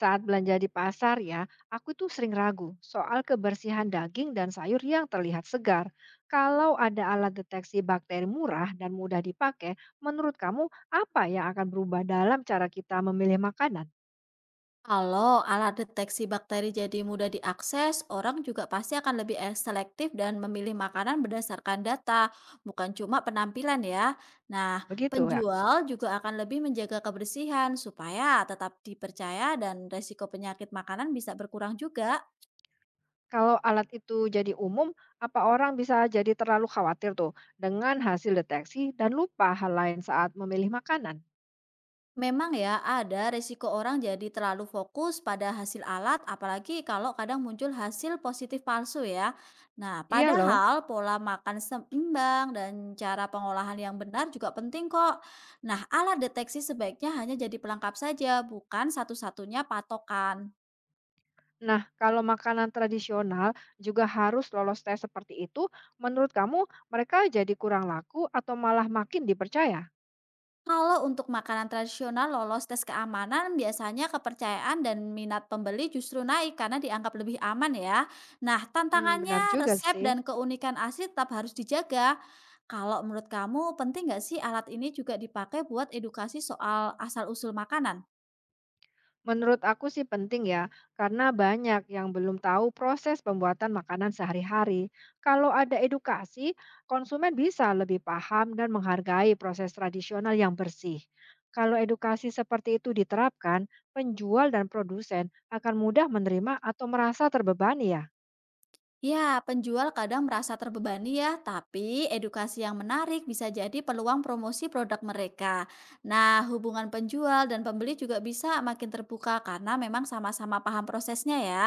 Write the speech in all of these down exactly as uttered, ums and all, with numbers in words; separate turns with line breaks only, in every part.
Saat belanja di pasar ya, aku tuh sering ragu soal kebersihan daging dan sayur yang terlihat segar. Kalau ada alat deteksi bakteri murah dan mudah dipakai, menurut kamu apa yang akan berubah dalam cara kita memilih makanan?
Kalau alat deteksi bakteri jadi mudah diakses, orang juga pasti akan lebih eh, selektif dan memilih makanan berdasarkan data, bukan cuma penampilan ya. Nah,
Begitu ya.
penjual juga akan lebih menjaga kebersihan supaya tetap dipercaya dan resiko penyakit makanan bisa berkurang juga.
Kalau alat itu jadi umum, apa orang bisa jadi terlalu khawatir tuh dengan hasil deteksi dan lupa hal lain saat memilih makanan?
Memang ya, ada resiko orang jadi terlalu fokus pada hasil alat, apalagi kalau kadang muncul hasil positif palsu ya. Nah,
Iya loh.
padahal pola makan seimbang dan cara pengolahan yang benar juga penting kok. Nah, alat deteksi sebaiknya hanya jadi pelengkap saja, bukan satu-satunya patokan.
Nah, kalau makanan tradisional juga harus lolos tes seperti itu, menurut kamu mereka jadi kurang laku atau malah makin dipercaya?
Kalau untuk makanan tradisional lolos tes keamanan, biasanya kepercayaan dan minat pembeli justru naik karena dianggap lebih aman ya. Nah,
Hmm,
tantangannya
benar juga
resep
sih.
dan keunikan asli tetap harus dijaga. Kalau menurut kamu, penting nggak sih alat ini juga dipakai buat edukasi soal asal-usul makanan?
Menurut aku sih penting ya, karena banyak yang belum tahu proses pembuatan makanan sehari-hari. Kalau ada edukasi, konsumen bisa lebih paham dan menghargai proses tradisional yang bersih. Kalau edukasi seperti itu diterapkan, penjual dan produsen akan mudah menerima atau merasa terbebani ya.
Ya, penjual kadang merasa terbebani ya, tapi edukasi yang menarik bisa jadi peluang promosi produk mereka. Nah, hubungan penjual dan pembeli juga bisa makin terbuka karena memang sama-sama paham prosesnya ya.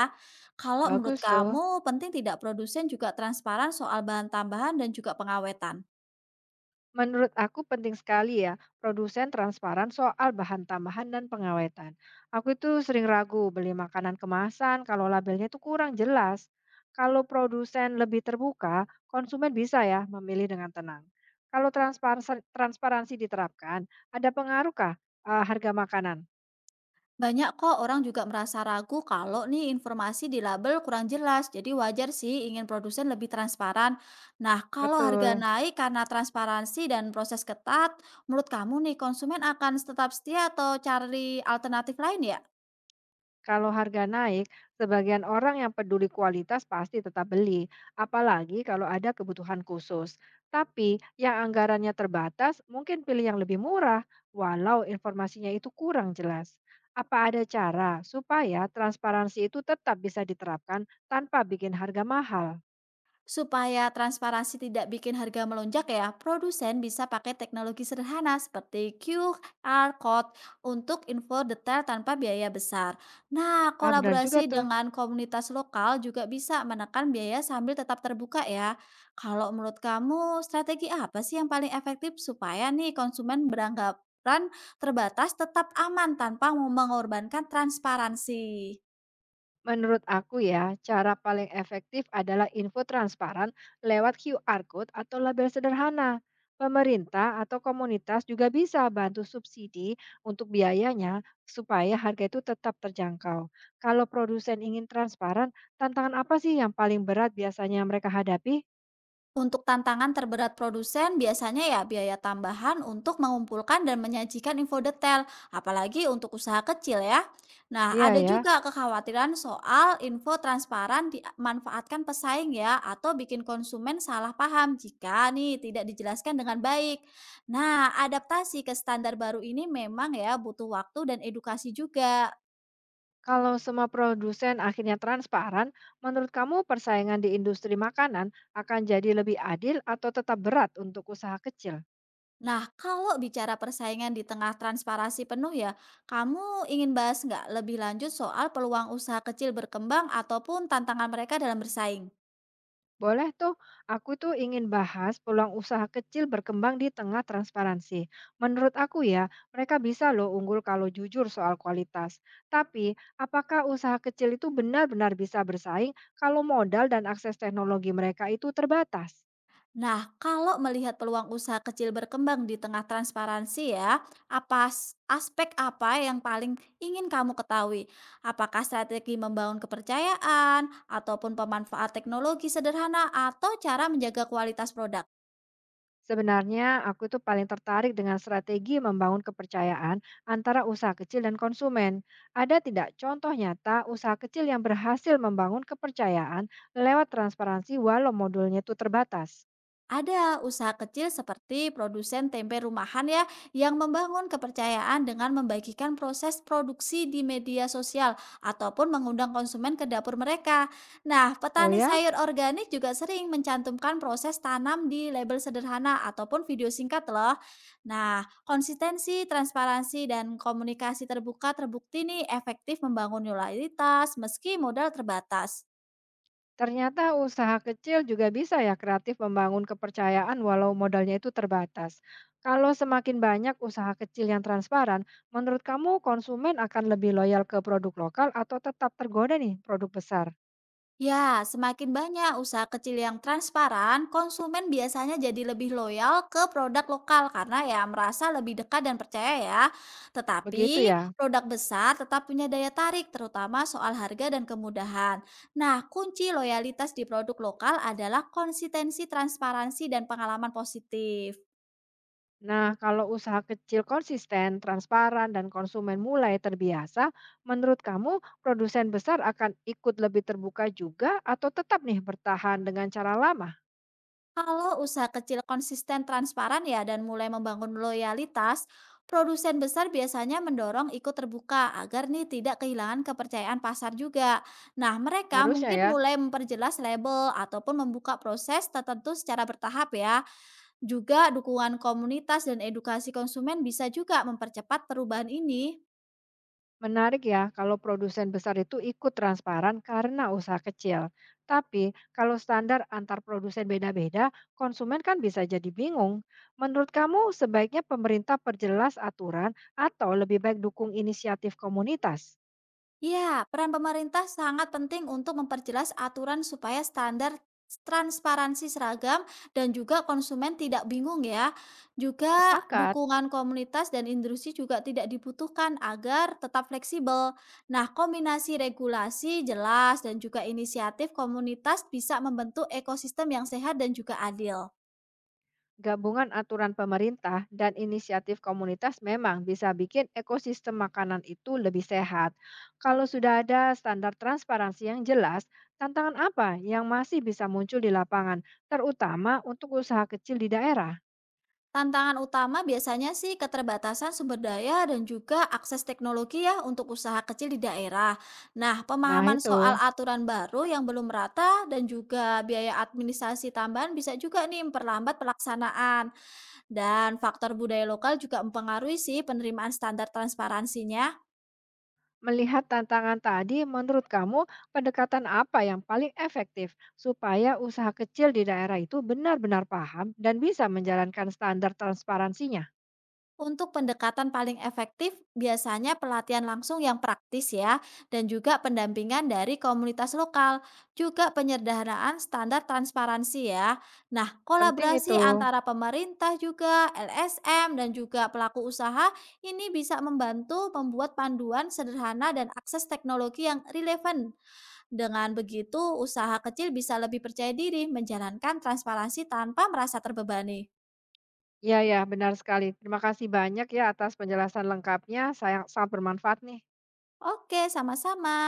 Kalau menurut
Bagus tuh.
kamu, penting tidak produsen juga transparan soal bahan tambahan dan juga pengawetan?
Menurut aku penting sekali ya, produsen transparan soal bahan tambahan dan pengawetan. Aku itu sering ragu beli makanan kemasan kalau labelnya itu kurang jelas. Kalau produsen lebih terbuka, konsumen bisa ya memilih dengan tenang. Kalau transparansi, transparansi diterapkan, ada pengaruhkah eh, harga makanan?
Banyak kok orang juga merasa ragu kalau nih informasi di label kurang jelas. Jadi wajar sih ingin produsen lebih transparan. Nah, kalau harga
Betul.
naik karena transparansi dan proses ketat, menurut kamu nih konsumen akan tetap setia atau cari alternatif lain ya?
Kalau harga naik, sebagian orang yang peduli kualitas pasti tetap beli, apalagi kalau ada kebutuhan khusus. Tapi yang anggarannya terbatas mungkin pilih yang lebih murah, walau informasinya itu kurang jelas. Apa ada cara supaya transparansi itu tetap bisa diterapkan tanpa bikin harga mahal?
Supaya transparansi tidak bikin harga melonjak ya, produsen bisa pakai teknologi sederhana seperti Q R code untuk info detail tanpa biaya besar. Nah,
Ah, benar juga
kolaborasi
tuh.
dengan komunitas lokal juga bisa menekan biaya sambil tetap terbuka ya. Kalau menurut kamu, strategi apa sih yang paling efektif supaya nih konsumen beranggapan terbatas tetap aman tanpa mengorbankan transparansi?
Menurut aku ya, cara paling efektif adalah info transparan lewat Q R code atau label sederhana. Pemerintah atau komunitas juga bisa bantu subsidi untuk biayanya supaya harga itu tetap terjangkau. Kalau produsen ingin transparan, tantangan apa sih yang paling berat biasanya mereka hadapi?
Untuk tantangan terberat produsen, biasanya ya biaya tambahan untuk mengumpulkan dan menyajikan info detail, apalagi untuk usaha kecil ya. Nah,
Iya
ada
ya,
juga kekhawatiran soal info transparan dimanfaatkan pesaing ya, atau bikin konsumen salah paham jika nih tidak dijelaskan dengan baik. Nah, adaptasi ke standar baru ini memang ya butuh waktu dan edukasi juga.
kalau semua produsen akhirnya transparan, menurut kamu persaingan di industri makanan akan jadi lebih adil atau tetap berat untuk usaha kecil?
Nah, kalau bicara persaingan di tengah transparansi penuh ya, kamu ingin bahas nggak lebih lanjut soal peluang usaha kecil berkembang ataupun tantangan mereka dalam bersaing?
Boleh tuh, aku tuh ingin bahas peluang usaha kecil berkembang di tengah transparansi. Menurut aku ya, mereka bisa loh unggul kalau jujur soal kualitas. Tapi, apakah usaha kecil itu benar-benar bisa bersaing kalau modal dan akses teknologi mereka itu terbatas?
Nah, kalau melihat peluang usaha kecil berkembang di tengah transparansi ya, apa s- aspek apa yang paling ingin kamu ketahui? Apakah strategi membangun kepercayaan, ataupun pemanfaat teknologi sederhana, atau cara menjaga kualitas produk?
Sebenarnya, aku itu paling tertarik dengan strategi membangun kepercayaan antara usaha kecil dan konsumen. Ada tidak contoh nyata usaha kecil yang berhasil membangun kepercayaan lewat transparansi walau modulnya itu terbatas?
Ada usaha kecil seperti produsen tempe rumahan ya yang membangun kepercayaan dengan membagikan proses produksi di media sosial ataupun mengundang konsumen ke dapur mereka. Nah,
Oh
petani
ya,
sayur organik juga sering mencantumkan proses tanam di label sederhana ataupun video singkat loh. Nah, konsistensi, transparansi, dan komunikasi terbuka terbukti nih efektif membangun loyalitas meski modal terbatas.
ternyata usaha kecil juga bisa ya kreatif membangun kepercayaan walau modalnya itu terbatas. Kalau semakin banyak usaha kecil yang transparan, menurut kamu konsumen akan lebih loyal ke produk lokal atau tetap tergoda nih produk besar?
Ya, semakin banyak usaha kecil yang transparan, konsumen biasanya jadi lebih loyal ke produk lokal karena ya merasa lebih dekat dan percaya ya.
Begitu
Tetapi
ya.
produk besar tetap punya daya tarik, terutama soal harga dan kemudahan. Nah, kunci loyalitas di produk lokal adalah konsistensi, transparansi, dan pengalaman positif.
Nah, kalau usaha kecil konsisten, transparan, dan konsumen mulai terbiasa, menurut kamu produsen besar akan ikut lebih terbuka juga atau tetap nih bertahan dengan cara lama?
Kalau usaha kecil konsisten transparan ya dan mulai membangun loyalitas, produsen besar biasanya mendorong ikut terbuka agar nih tidak kehilangan kepercayaan pasar juga. Nah, mereka
Harusnya
mungkin
ya,
mulai memperjelas label ataupun membuka proses tertentu secara bertahap ya. Juga dukungan komunitas dan edukasi konsumen bisa juga mempercepat perubahan ini.
menarik ya kalau produsen besar itu ikut transparan karena usaha kecil. Tapi kalau standar antar produsen beda-beda, konsumen kan bisa jadi bingung. Menurut kamu sebaiknya pemerintah perjelas aturan atau lebih baik dukung inisiatif komunitas?
Ya, peran pemerintah sangat penting untuk memperjelas aturan supaya standar transparansi seragam dan juga konsumen tidak bingung ya. Juga
Sepakat.
dukungan komunitas dan industri juga tidak dibutuhkan agar tetap fleksibel. Nah, kombinasi regulasi jelas dan juga inisiatif komunitas bisa membentuk ekosistem yang sehat dan juga adil.
Gabungan aturan pemerintah dan inisiatif komunitas memang bisa bikin ekosistem makanan itu lebih sehat. Kalau sudah ada standar transparansi yang jelas, tantangan apa yang masih bisa muncul di lapangan, terutama untuk usaha kecil di daerah?
Tantangan utama biasanya sih keterbatasan sumber daya dan juga akses teknologi ya untuk usaha kecil di daerah. Nah,
Nah,
pemahaman soal
itu.
aturan baru yang belum merata dan juga biaya administrasi tambahan bisa juga nih memperlambat pelaksanaan. Dan faktor budaya lokal juga mempengaruhi sih penerimaan standar transparansinya.
Melihat tantangan tadi, menurut kamu pendekatan apa yang paling efektif supaya usaha kecil di daerah itu benar-benar paham dan bisa menjalankan standar transparansinya?
Untuk pendekatan paling efektif, biasanya pelatihan langsung yang praktis ya, dan juga pendampingan dari komunitas lokal, juga penyederhanaan standar transparansi ya. Nah,
Penting
kolaborasi
itu.
antara pemerintah juga, L S M, dan juga pelaku usaha ini bisa membantu membuat panduan sederhana dan akses teknologi yang relevan. Dengan begitu, usaha kecil bisa lebih percaya diri menjalankan transparansi tanpa merasa terbebani.
Ya, ya, benar sekali. Terima kasih banyak ya atas penjelasan lengkapnya, saya sangat bermanfaat nih.
Oke, sama-sama.